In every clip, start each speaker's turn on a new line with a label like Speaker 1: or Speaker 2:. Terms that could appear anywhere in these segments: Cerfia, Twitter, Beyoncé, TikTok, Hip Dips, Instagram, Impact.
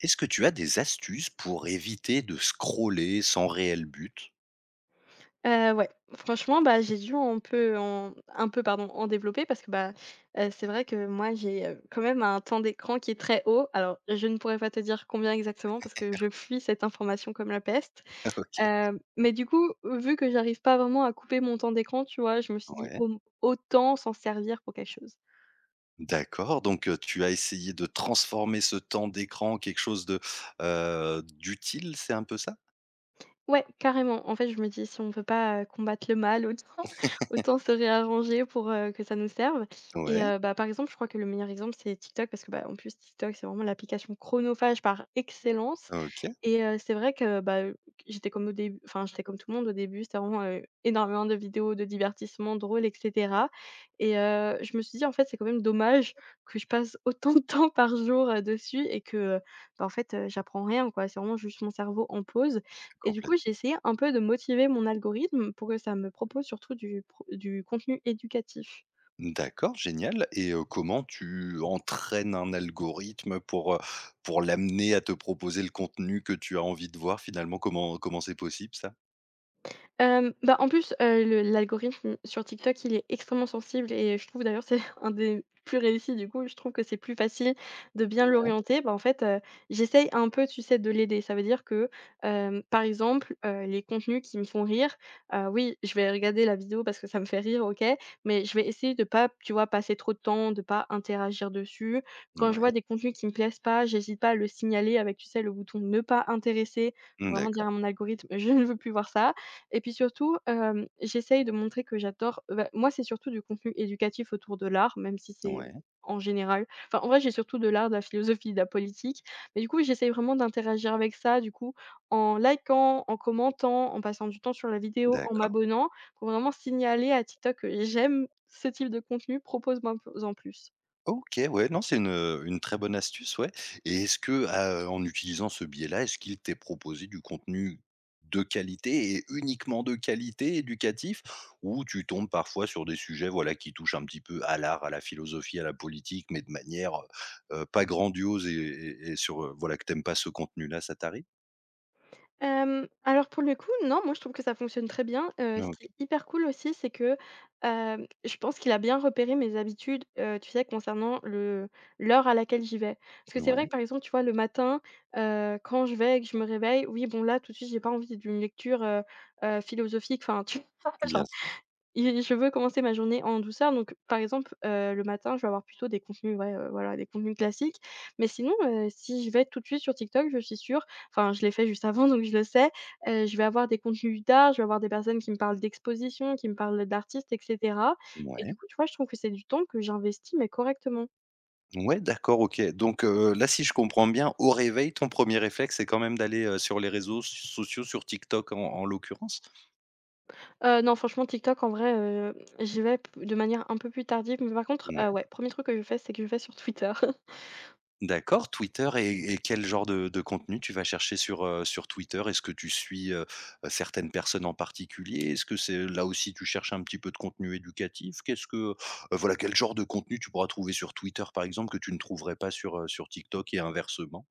Speaker 1: Est-ce que tu as des astuces pour éviter de scroller sans réel but?
Speaker 2: Ouais, franchement, bah, j'ai dû un peu en un peu pardon, en développer parce que, bah, c'est vrai que moi j'ai, quand même un temps d'écran qui est très haut. Alors je ne pourrais pas te dire combien exactement parce que je fuis cette information comme la peste.
Speaker 1: OK.
Speaker 2: Mais du coup, vu que j'arrive pas vraiment à couper mon temps d'écran, tu vois? Je me suis dit:
Speaker 1: Ouais,
Speaker 2: «Au autant s'en servir pour quelque chose».
Speaker 1: d'accord, donc, tu as essayé de transformer ce temps d'écran en quelque chose de, d'utile, c'est un peu ça?
Speaker 2: Ouais, carrément. En fait, je me dis: «Si on ne peut pas, combattre le mal, autant autant se réarranger pour, que ça nous serve» et
Speaker 1: Ouais,
Speaker 2: bah, par exemple, je crois que le meilleur exemple, c'est TikTok parce que, bah, en plus, TikTok, c'est vraiment l'application chronophage par excellence
Speaker 1: OK,
Speaker 2: et c'est vrai que, bah, j'étais comme tout le monde au début, c'était vraiment, énormément de vidéos de divertissement drôles et cetera et je me suis dit: «En fait, c'est quand même dommage que je passe autant de temps par jour, dessus et que, bah, en fait, j'apprends rien, quoi». C'est vraiment juste mon cerveau en pause et du
Speaker 1: complet.
Speaker 2: coup, j'ai essayé un peu de motiver mon algorithme pour que ça me propose surtout du contenu éducatif.
Speaker 1: D'accord, génial et comment tu entraînes un algorithme pour l'amener à te proposer le contenu que tu as envie de voir finalement? Comment c'est possible ça?
Speaker 2: Bah, en plus, le l'algorithme sur TikTok, il est extrêmement sensible et je trouve d'ailleurs c'est un des plus réussis du coup, je trouve que c'est plus facile de bien
Speaker 1: Ouais.
Speaker 2: l'orienter. Bah, en fait, j'essaye un peu, tu sais, de l'aider. Ça veut dire que, par exemple, les contenus qui me font rire, oui, je vais regarder la vidéo parce que ça me fait rire, OK, mais je vais essayer de pas, tu vois, passer trop de temps, de pas interagir dessus. Quand je
Speaker 1: Ouais,
Speaker 2: vois des contenus qui me plaisent pas, j'hésite pas à le signaler avec, tu sais, le bouton «ne pas intéresser» pour vraiment dire
Speaker 1: d'accord,
Speaker 2: à mon algorithme: «Je ne veux plus voir ça». Et puis surtout, j'essaye de montrer que j'adore bah, moi, c'est surtout du contenu éducatif autour de l'art, même si c'est
Speaker 1: ouais,
Speaker 2: en général. Enfin, en vrai, j'ai surtout de l'art, de la philosophie, de la politique, mais du coup, j'essaye vraiment d'interagir avec ça, du coup, en likant, en commentant, en passant du temps sur la vidéo, en
Speaker 1: d'accord.
Speaker 2: m'abonnant, pour vraiment signaler à TikTok que j'aime ce type de contenu, propose-moi en plus.
Speaker 1: OK, ouais, non, c'est une très bonne astuce, ouais et est-ce que, en utilisant ce biais-là, est-ce qu'il t'est proposé du contenu de qualité et uniquement de qualité, éducatif? Ou tu tombes parfois sur des sujets, voilà, qui touchent un petit peu à l'art, à la philosophie, à la politique, mais de manière, pas grandiose et sur, voilà, que t'aimes pas ce contenu-là, ça t'arrive?
Speaker 2: Alors pour le coup, non, moi je trouve que ça fonctionne très bien. Ce
Speaker 1: OK.
Speaker 2: qui est hyper cool aussi, c'est que, je pense qu'il a bien repéré mes habitudes, tu sais, concernant le l'heure à laquelle j'y vais. Parce que c'est vrai
Speaker 1: Ouais,
Speaker 2: que, par exemple, tu vois, le matin, quand je vais et que je me réveille, oui, bon, là, tout de suite, j'ai pas envie d'une lecture, philosophique, enfin, tu
Speaker 1: bien
Speaker 2: vois?
Speaker 1: sûr,
Speaker 2: Et je veux commencer ma journée en douceur, donc par exemple, le matin, je vais avoir plutôt des contenus, ouais, voilà, des contenus classiques. Mais sinon, si je vais tout de suite sur TikTok, je suis sûre enfin, je l'ai fait juste avant, donc je le sais, je vais avoir des contenus d'art, je vais avoir des personnes qui me parlent d'exposition, qui me parlent d'artistes et cetera. Et du
Speaker 1: ouais.
Speaker 2: coup, tu vois, je trouve que c'est du temps que j'investis, mais correctement.
Speaker 1: Ouais, d'accord, OK. Donc, là, si je comprends bien, au réveil, ton premier réflexe, c'est quand même d'aller, sur les réseaux sociaux, sur TikTok en l'occurrence?
Speaker 2: Non, franchement, TikTok, en vrai, j'y vais p de manière un peu plus tardive. Mais par contre,
Speaker 1: Ouais.
Speaker 2: ouais, premier truc que je fais, c'est que je vais sur Twitter.
Speaker 1: D'accord, Twitter et quel genre de contenu tu vas chercher sur Twitter? Est-ce que tu suis, certaines personnes en particulier? Est-ce que c'est là aussi, tu cherches un petit peu de contenu éducatif? Qu'est-ce que, voilà, quel, genre de contenu tu pourras trouver sur Twitter, par exemple, que tu ne trouverais pas sur, sur TikTok et inversement?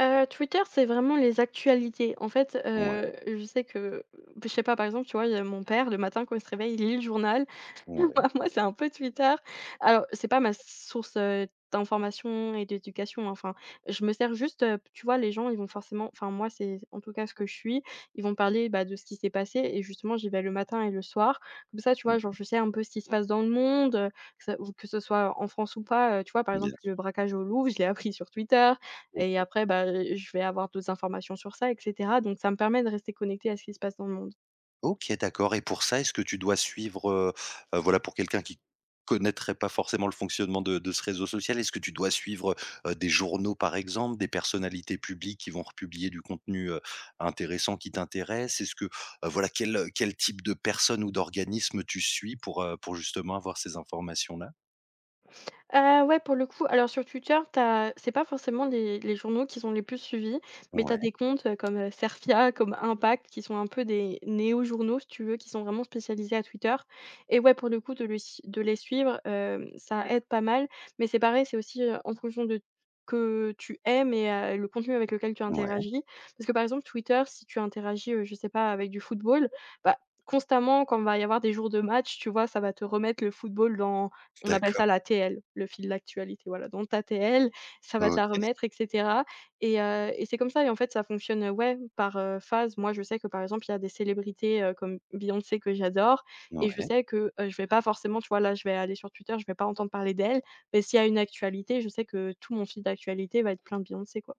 Speaker 2: Twitter, c'est vraiment les actualités. En fait,
Speaker 1: Ouais,
Speaker 2: je sais que, je sais pas, par exemple, tu vois, il y a mon père, le matin quand il se réveille, il lit le journal
Speaker 1: ouais,
Speaker 2: moi, c'est un peu Twitter. Alors, c'est pas ma source, d'information et d'éducation, hein, enfin, je me sers juste, tu vois, les gens, ils vont forcément enfin, moi, c'est en tout cas ce que je suis, ils vont parler, bah, de ce qui s'est passé et justement, j'y vais le matin et le soir. Comme ça, tu vois, genre,
Speaker 1: mmh,
Speaker 2: je sais un peu ce qui se passe dans le monde, que ça ou que ce soit en France ou pas, tu vois? Par
Speaker 1: bien
Speaker 2: exemple, le
Speaker 1: sûr.
Speaker 2: braquage au Louvre, je l'ai appris sur Twitter
Speaker 1: OK.
Speaker 2: et après, bah, je vais avoir d'autres informations sur ça et cetera donc ça me permet de rester connecté à ce qui se passe dans le monde.
Speaker 1: OK, d'accord et pour ça, est-ce que tu dois suivre, voilà, pour quelqu'un qui connaîtrait pas forcément le fonctionnement de ce réseau social, est-ce que tu dois suivre, des journaux, par exemple, des personnalités publiques qui vont republier du contenu, intéressant qui t'intéresse? Est-ce que, voilà, quel, quel type de personne ou d'organisme tu suis pour justement avoir ces informations-là?
Speaker 2: Ouais, pour le coup, alors sur Twitter, t'as c'est pas forcément les journaux qui sont les plus suivis, mais tu as
Speaker 1: Ouais,
Speaker 2: des comptes, comme, Cerfia, comme Impact, qui sont un peu des néo-journaux, si tu veux, qui sont vraiment spécialisés à Twitter et ouais, pour le coup, de le s de les suivre, ça aide pas mal, mais c'est pareil, c'est aussi, en fonction de que tu aimes et le contenu avec lequel tu
Speaker 1: ouais,
Speaker 2: interagis. Parce que, par exemple, Twitter, si tu interagis, je sais pas, avec du football, bah, constamment, quand va y avoir des jours de match, tu vois, ça va te remettre le football dans on appelle
Speaker 1: d'accord.
Speaker 2: ça la l'ATL, le fil d'actualité, voilà, donc ta TL, ça va te la
Speaker 1: OK,
Speaker 2: remettre et cetera et c'est comme ça et en fait, ça fonctionne, ouais, par, phase. Moi, je sais que, par exemple, il y a des célébrités, comme Beyoncé que j'adore et je
Speaker 1: ouais.
Speaker 2: sais que, je vais pas forcément, tu vois, là, je vais aller sur Twitter, je vais pas entendre parler d'elle, mais s'il y a une actualité, je sais que tout mon fil d'actualité va être plein de Beyoncé, quoi.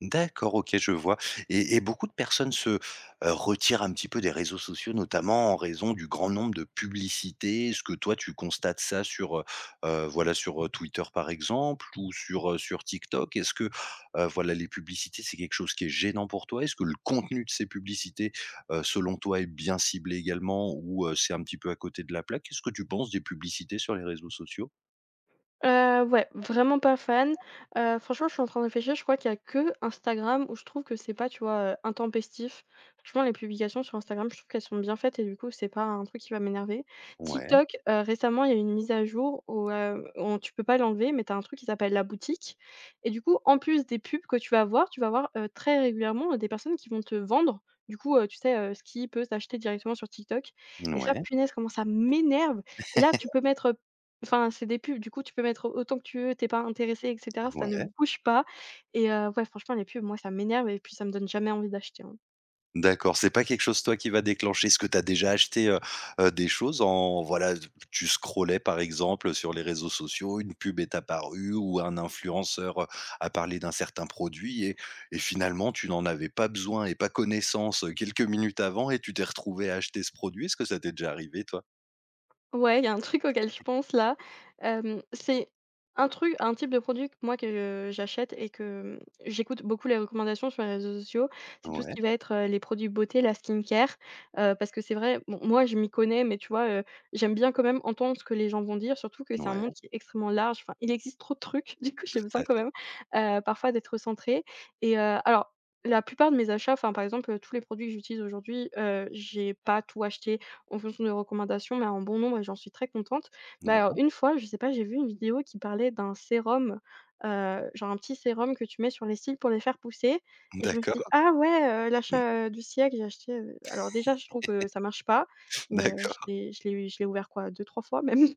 Speaker 1: D'accord, OK, je vois et beaucoup de personnes se, retirent un petit peu des réseaux sociaux, notamment en raison du grand nombre de publicités. Est-ce que toi, tu constates ça sur, voilà, sur, Twitter, par exemple, ou sur TikTok? Est-ce que, voilà, les publicités, c'est quelque chose qui est gênant pour toi? Est-ce que le contenu de ces publicités, selon toi, est bien ciblé également ou, c'est un petit peu à côté de la plaque? Qu'est-ce que tu penses des publicités sur les réseaux sociaux?
Speaker 2: Ouais, vraiment pas fan. Franchement, je suis en train de réfléchir, je crois qu'il y a que Instagram où je trouve que c'est pas, tu vois, intempestif. Franchement, les publications sur Instagram, je trouve qu'elles sont bien faites et du coup, c'est pas un truc qui va m'énerver.
Speaker 1: Ouais,
Speaker 2: TikTok, récemment, il y a eu une mise à jour où, on tu peux pas l'enlever, mais t'as un truc qui s'appelle la boutique et du coup, en plus des pubs que tu vas voir, très régulièrement, des personnes qui vont te vendre, du coup, tu sais, ce qui peut s'acheter directement sur TikTok et ça,
Speaker 1: ouais,
Speaker 2: punaise, comment ça m'énerve et là, tu peux mettre, enfin, c'est des pubs, du coup, tu peux mettre autant que tu veux, tu es pas intéressé et cetera, ça ne
Speaker 1: ouais.
Speaker 2: bouge pas et ouais, franchement, les pubs, moi, ça m'énerve et puis ça me donne jamais envie d'acheter, hein.
Speaker 1: D'accord, c'est pas quelque chose toi qui va déclencher. Est-ce que tu as déjà acheté, des choses en voilà, tu scrollais par exemple sur les réseaux sociaux, une pub est apparue ou un influenceur, a parlé d'un certain produit et finalement tu n'en avais pas besoin et pas connaissance, quelques minutes avant et tu t'es retrouvé à acheter ce produit? Est-ce que ça t'est déjà arrivé toi?
Speaker 2: Ouais, il y a un truc auquel je pense là. C'est un type de produit que j'achète et que, j'écoute beaucoup les recommandations sur les réseaux sociaux. C'est tout ce
Speaker 1: Ouais,
Speaker 2: qui va être, les produits beauté, la skincare, parce que c'est vrai, bon, moi je m'y connais, mais tu vois, j'aime bien quand même entendre ce que les gens vont dire, surtout que c'est un
Speaker 1: ouais,
Speaker 2: monde qui est extrêmement large. Enfin, il existe trop de trucs, du coup, j'ai
Speaker 1: tout à
Speaker 2: besoin quand
Speaker 1: fait.
Speaker 2: même, parfois d'être centrée et alors la plupart de mes achats, enfin, par exemple, tous les produits que j'utilise aujourd'hui, j'ai pas tout acheté en fonction des recommandations, mais un bon nombre et j'en suis très contente. Mais
Speaker 1: Ouais,
Speaker 2: alors une fois, je sais pas, j'ai vu une vidéo qui parlait d'un sérum, genre un petit sérum que tu mets sur les cils pour les faire pousser et je me suis dit:
Speaker 1: d'accord.
Speaker 2: «Ah ouais, l'achat, du siècle», j'ai acheté, alors déjà je trouve que ça marche pas et
Speaker 1: D'accord.
Speaker 2: je l'ai ouvert quoi deux trois fois même.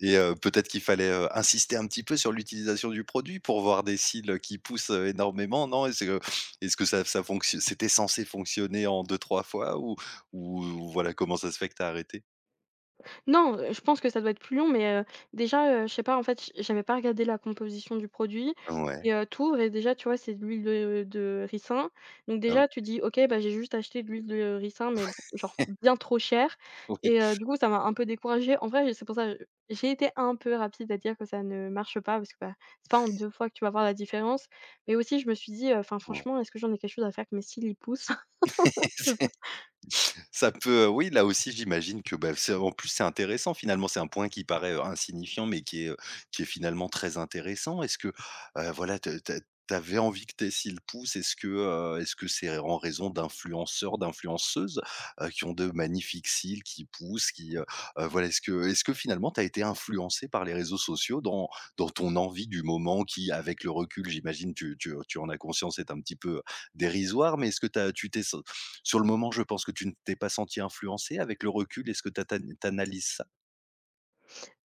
Speaker 1: Et peut-être qu'il fallait, insister un petit peu sur l'utilisation du produit pour voir des cils, qui poussent, énormément, non? Est-ce que ça fonctio c'était censé fonctionner en deux trois fois ou voilà, comment ça se fait que tu as arrêté?
Speaker 2: Non, je pense que ça doit être plus long, mais déjà, je sais pas, en fait, j'aimais pas regarder la composition du produit
Speaker 1: Ouais,
Speaker 2: et t'ouvres et déjà, tu vois, c'est de l'huile de ricin. Donc
Speaker 1: ah
Speaker 2: déjà, tu
Speaker 1: OK,
Speaker 2: dis: «OK, bah, j'ai juste acheté de l'huile de ricin, mais genre bien trop chère»
Speaker 1: oui,
Speaker 2: et du coup, ça m'a un peu découragée. En vrai, c'est pour ça, j'ai été un peu rapide à dire que ça ne marche pas parce que, bah, c'est pas en 2 fois que tu vas voir la différence. Mais aussi, je me suis dit, «Enfin,
Speaker 1: ouais.
Speaker 2: franchement, est-ce que j'en ai quelque chose à faire que mes cils, ils poussent?»
Speaker 1: Ça peut, oui, là aussi, j'imagine que, bah, c'est en plus, c'est intéressant finalement. C'est un point qui paraît, insignifiant, mais qui est finalement très intéressant. Est-ce que, voilà, te tu avais envie que tes essaies le pouls? Est-ce que c'est en raison d'influenceurs, d'influenceuses, qui ont de magnifiques cils, qui poussent, qui, voilà, est-ce que finalement tu as été influencé par les réseaux sociaux dans ton envie du moment qui, avec le recul, j'imagine, tu en as conscience, est un petit peu dérisoire, mais est-ce que t'as tu t'es sur le moment, je pense que tu ne t'es pas senti influencée. Avec le recul, est-ce que tu analyses ça?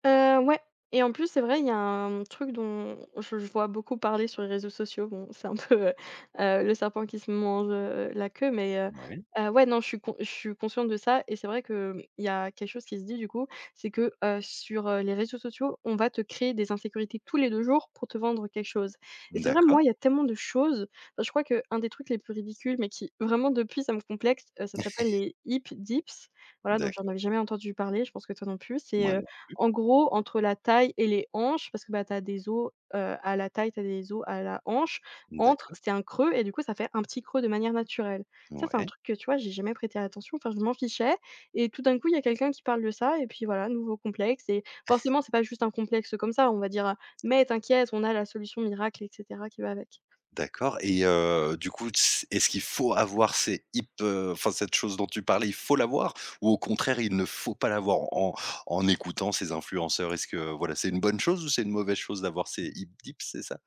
Speaker 2: Ouais et en plus, c'est vrai, il y a un truc dont je vois beaucoup parler sur les réseaux sociaux. Bon, c'est un peu, le serpent qui se mange, la queue, mais
Speaker 1: Ouais,
Speaker 2: ouais, non, je suis consciente de ça et c'est vrai qu'il y a quelque chose qui se dit, du coup, c'est que, sur les réseaux sociaux, on va te créer des insécurités tous les 2 jours pour te vendre quelque chose. Et c'est vrai,
Speaker 1: d'accord,
Speaker 2: moi, il y a tellement de choses, enfin, je crois qu'un des trucs les plus ridicules, mais qui vraiment, depuis, ça me complexe, ça s'appelle les Hip Dips. Voilà, donc j'en
Speaker 1: d'accord.
Speaker 2: avais jamais entendu parler, je pense que toi non plus.
Speaker 1: Moi,
Speaker 2: C'est,
Speaker 1: non.
Speaker 2: en gros, entre la taille et les hanches, parce que, bah, tu as des os, à la taille, tu as des os à la hanche, entre,
Speaker 1: D'accord,
Speaker 2: c'est un creux et du coup, ça fait un petit creux de manière naturelle. Ça, c'est un
Speaker 1: ouais,
Speaker 2: truc que, tu vois, j'ai jamais prêté attention, enfin, je m'en fichais et tout d'un coup, il y a quelqu'un qui parle de ça et puis voilà, nouveau complexe et forcément, c'est pas juste un complexe comme ça, on va dire, «Mais t'inquiète, on a la solution miracle et cetera qui va avec».
Speaker 1: d'accord et du coup, tss est-ce qu'il faut avoir ces hip enfin, cette chose dont tu parlais, il faut l'avoir? Ou au contraire, il ne faut pas l'avoir en écoutant ces influenceurs? Est-ce que, voilà, c'est une bonne chose ou c'est une mauvaise chose d'avoir ces hip dips, c'est ça?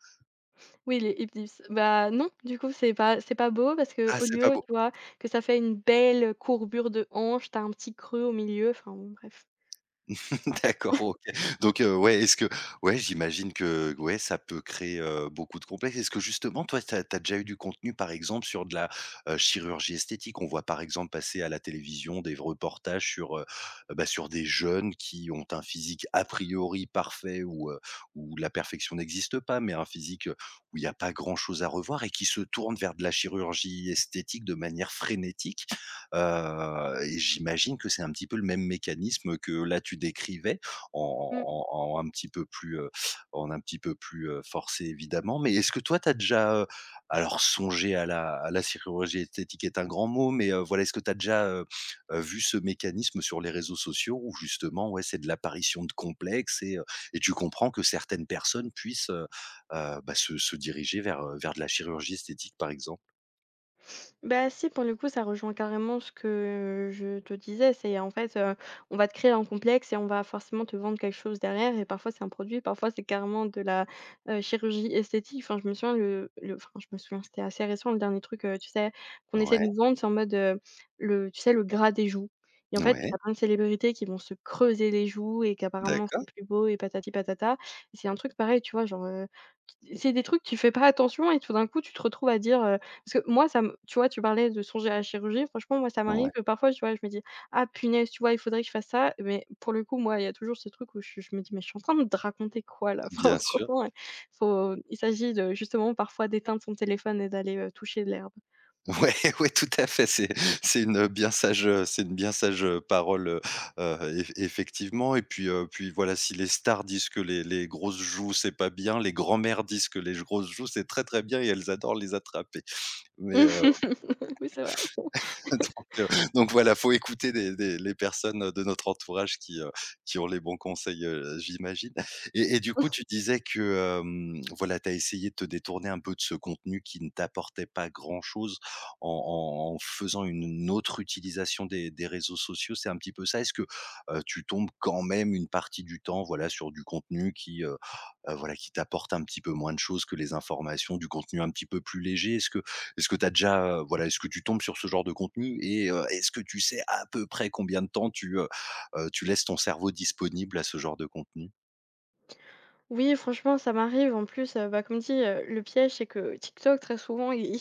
Speaker 2: Oui, les hipisses, bah, non, du coup, c'est pas beau parce que
Speaker 1: Ah,
Speaker 2: au
Speaker 1: c'est pas
Speaker 2: lieu,
Speaker 1: beau.
Speaker 2: tu vois, que ça fait une belle courbure de hanche, t'as un petit creux au milieu, enfin, bon, bref.
Speaker 1: D'accord, OK. Donc, ouais, est-ce que ouais, j'imagine que ouais, ça peut créer, beaucoup de complexes. Est-ce que justement, toi, tu as déjà eu du contenu, par exemple, sur de la, chirurgie esthétique? On voit, par exemple, passer à la télévision des reportages bah, sur des jeunes qui ont un physique a priori parfait ou, où la perfection n'existe pas, mais un physique, où il y a pas grand chose à revoir et qui se tournent vers de la chirurgie esthétique de manière frénétique. Et j'imagine que c'est un petit peu le même mécanisme que là tu décrivais
Speaker 2: Mmh.
Speaker 1: en en un petit peu plus, forcé évidemment. Mais est-ce que toi tu as déjà, alors songer à la chirurgie esthétique est un grand mot, mais, voilà, est-ce que tu as déjà, vu ce mécanisme sur les réseaux sociaux où justement, ouais, c'est de l'apparition de complexes et tu comprends que certaines personnes puissent, bah, se diriger vers de la chirurgie esthétique par exemple?
Speaker 2: Bah, si, pour le coup, ça rejoint carrément ce que je te disais. C'est en fait, on va te créer un complexe et on va forcément te vendre quelque chose derrière et parfois c'est un produit, parfois c'est carrément de la chirurgie esthétique. Enfin, je me souviens, c'était assez récent le dernier truc, tu sais, qu'on essaie
Speaker 1: Ouais,
Speaker 2: de nous vendre, c'est en mode, le tu sais, le gras des joues et en fait,
Speaker 1: ouais,
Speaker 2: t'as plein de célébrités qui vont se creuser les joues et qu'apparemment
Speaker 1: d'accord,
Speaker 2: c'est plus beau et patati patata. C'est un truc pareil, tu vois? Genre, c'est des trucs que tu fais pas attention et tout d'un coup, tu te retrouves à dire, parce que moi, ça me tu vois, tu parlais de songer à la chirurgie. Franchement, moi, ça
Speaker 1: ouais.
Speaker 2: m'arrive que parfois, tu vois, je me dis: «Ah punaise, tu vois, il faudrait que je fasse ça». Mais pour le coup, moi, il y a toujours ce truc où je me dis: «Mais je suis en train de te raconter quoi là?» Enfin,
Speaker 1: Bien sûr.
Speaker 2: franchement, ouais, faut il s'agit de justement parfois d'éteindre son téléphone et d'aller, toucher de l'herbe.
Speaker 1: Ouais, ouais, tout à fait. C'est une bien sage, parole, effectivement et puis voilà, si les stars disent que les grosses joues, c'est pas bien, les grands-mères disent que les grosses joues, c'est très, très bien et elles adorent les attraper. Mais
Speaker 2: Oui, c'est vrai.
Speaker 1: Donc heu, donc voilà, faut écouter des les personnes, de notre entourage qui ont les bons conseils, j'imagine et du coup, tu disais que, voilà, tu as essayé de te détourner un peu de ce contenu qui ne t'apportait pas grand-chose en faisant une autre utilisation des réseaux sociaux, c'est un petit peu ça? Est-ce que, tu tombes quand même une partie du temps, voilà, sur du contenu qui, voilà, qui t'apporte un petit peu moins de choses que les informations, du contenu un petit peu plus léger? Est-ce que tu as déjà, voilà, est-ce que tu tombes sur ce genre de contenu et est-ce que tu sais à peu près combien de temps tu laisses ton cerveau disponible à ce genre de contenu?
Speaker 2: Oui, franchement, ça m'arrive. En plus, bah, comme dit, le piège, c'est que TikTok, très souvent, i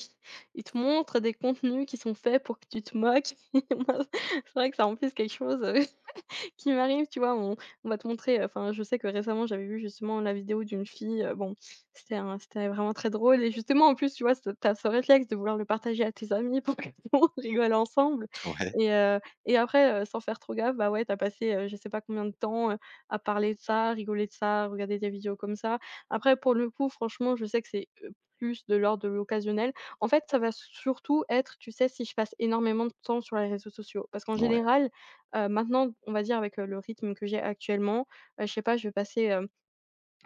Speaker 2: il te montre des contenus qui sont faits pour que tu te moques. Moi, c'est vrai que ça, en plus, quelque chose qui m'arrive, tu vois? On va te montrer, enfin, je sais que récemment, j'avais vu justement la vidéo d'une fille, bon, c'était vraiment très drôle et justement, en plus, tu vois, ce réflexe de vouloir le partager à tes amis pour que tout le monde rigole ensemble
Speaker 1: Ouais,
Speaker 2: et heu et après, sans faire trop gaffe, bah, ouais, t'as passé, je sais pas combien de temps, à parler de ça, rigoler de ça, regarder des vidéos comme ça. Après, pour le coup, franchement, je sais que c'est, plus de l'ordre de l'occasionnel. En fait, ça va surtout être, tu sais, si je passe énormément de temps sur les réseaux sociaux parce qu'en
Speaker 1: ouais,
Speaker 2: général. Maintenant, on va dire avec, le rythme que j'ai actuellement, je sais pas, je vais passer,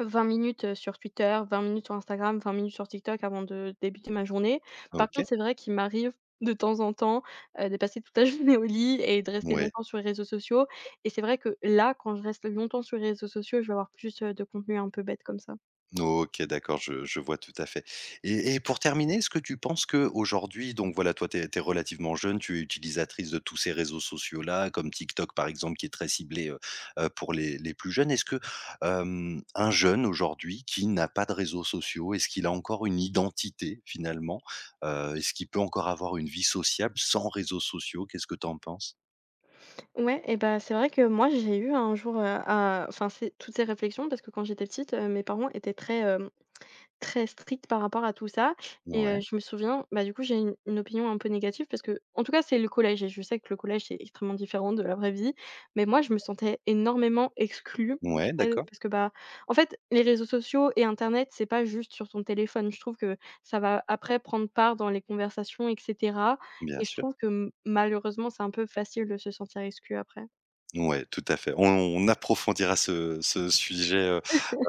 Speaker 2: 20 minutes, sur Twitter, 20 minutes sur Instagram, 20 minutes sur TikTok avant de débuter ma journée. Par
Speaker 1: OK,
Speaker 2: contre, c'est vrai qu'il m'arrive de temps en temps, de passer toute la journée au lit et de rester
Speaker 1: ouais.
Speaker 2: longtemps sur les réseaux sociaux et c'est vrai que là, quand je reste longtemps sur les réseaux sociaux, je vais avoir plus, de contenu un peu bête comme ça.
Speaker 1: OK, d'accord, je vois tout à fait et pour terminer, est-ce que tu penses que aujourd'hui, donc voilà, toi, tu es relativement jeune, tu es utilisatrice de tous ces réseaux sociaux-là, comme TikTok, par exemple, qui est très ciblé, pour les plus jeunes. Est-ce que, un jeune aujourd'hui qui n'a pas de réseaux sociaux, est-ce qu'il a encore une identité finalement? Est-ce qu'il peut encore avoir une vie sociable sans réseaux sociaux? Qu'est-ce que tu en penses?
Speaker 2: Ouais et bah, c'est vrai que moi, j'ai eu un jour, à enfin, c'est toutes ces réflexions parce que quand j'étais petite, mes parents étaient très stricte par rapport à tout ça et
Speaker 1: Ouais,
Speaker 2: je me souviens, bah, du coup, j'ai une opinion un peu négative parce que en tout cas, c'est le collège et je sais que le collège, c'est extrêmement différent de la vraie vie. Mais moi, je me sentais énormément exclue, tu
Speaker 1: ouais,
Speaker 2: sais?
Speaker 1: d'accord,
Speaker 2: Parce que, bah, en fait, les réseaux sociaux et internet, c'est pas juste sur ton téléphone. Je trouve que ça va après prendre part dans les conversations et cetera
Speaker 1: bien
Speaker 2: et je
Speaker 1: sûr.
Speaker 2: trouve que m malheureusement, c'est un peu facile de se sentir exclu après.
Speaker 1: Ouais, tout à fait. On approfondira ce sujet, heu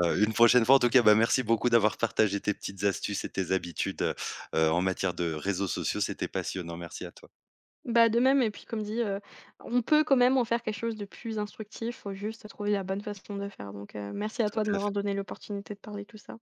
Speaker 1: heu, une prochaine fois. En tout cas, bah, merci beaucoup d'avoir partagé tes petites astuces et tes habitudes, en matière de réseaux sociaux. C'était passionnant. Merci à toi.
Speaker 2: Bah, de même et puis comme dit, on peut quand même en faire quelque chose de plus instructif, faut juste trouver la bonne façon de faire donc merci à
Speaker 1: Tout
Speaker 2: toi de
Speaker 1: à fait.
Speaker 2: m'avoir donné l'opportunité de parler de tout ça.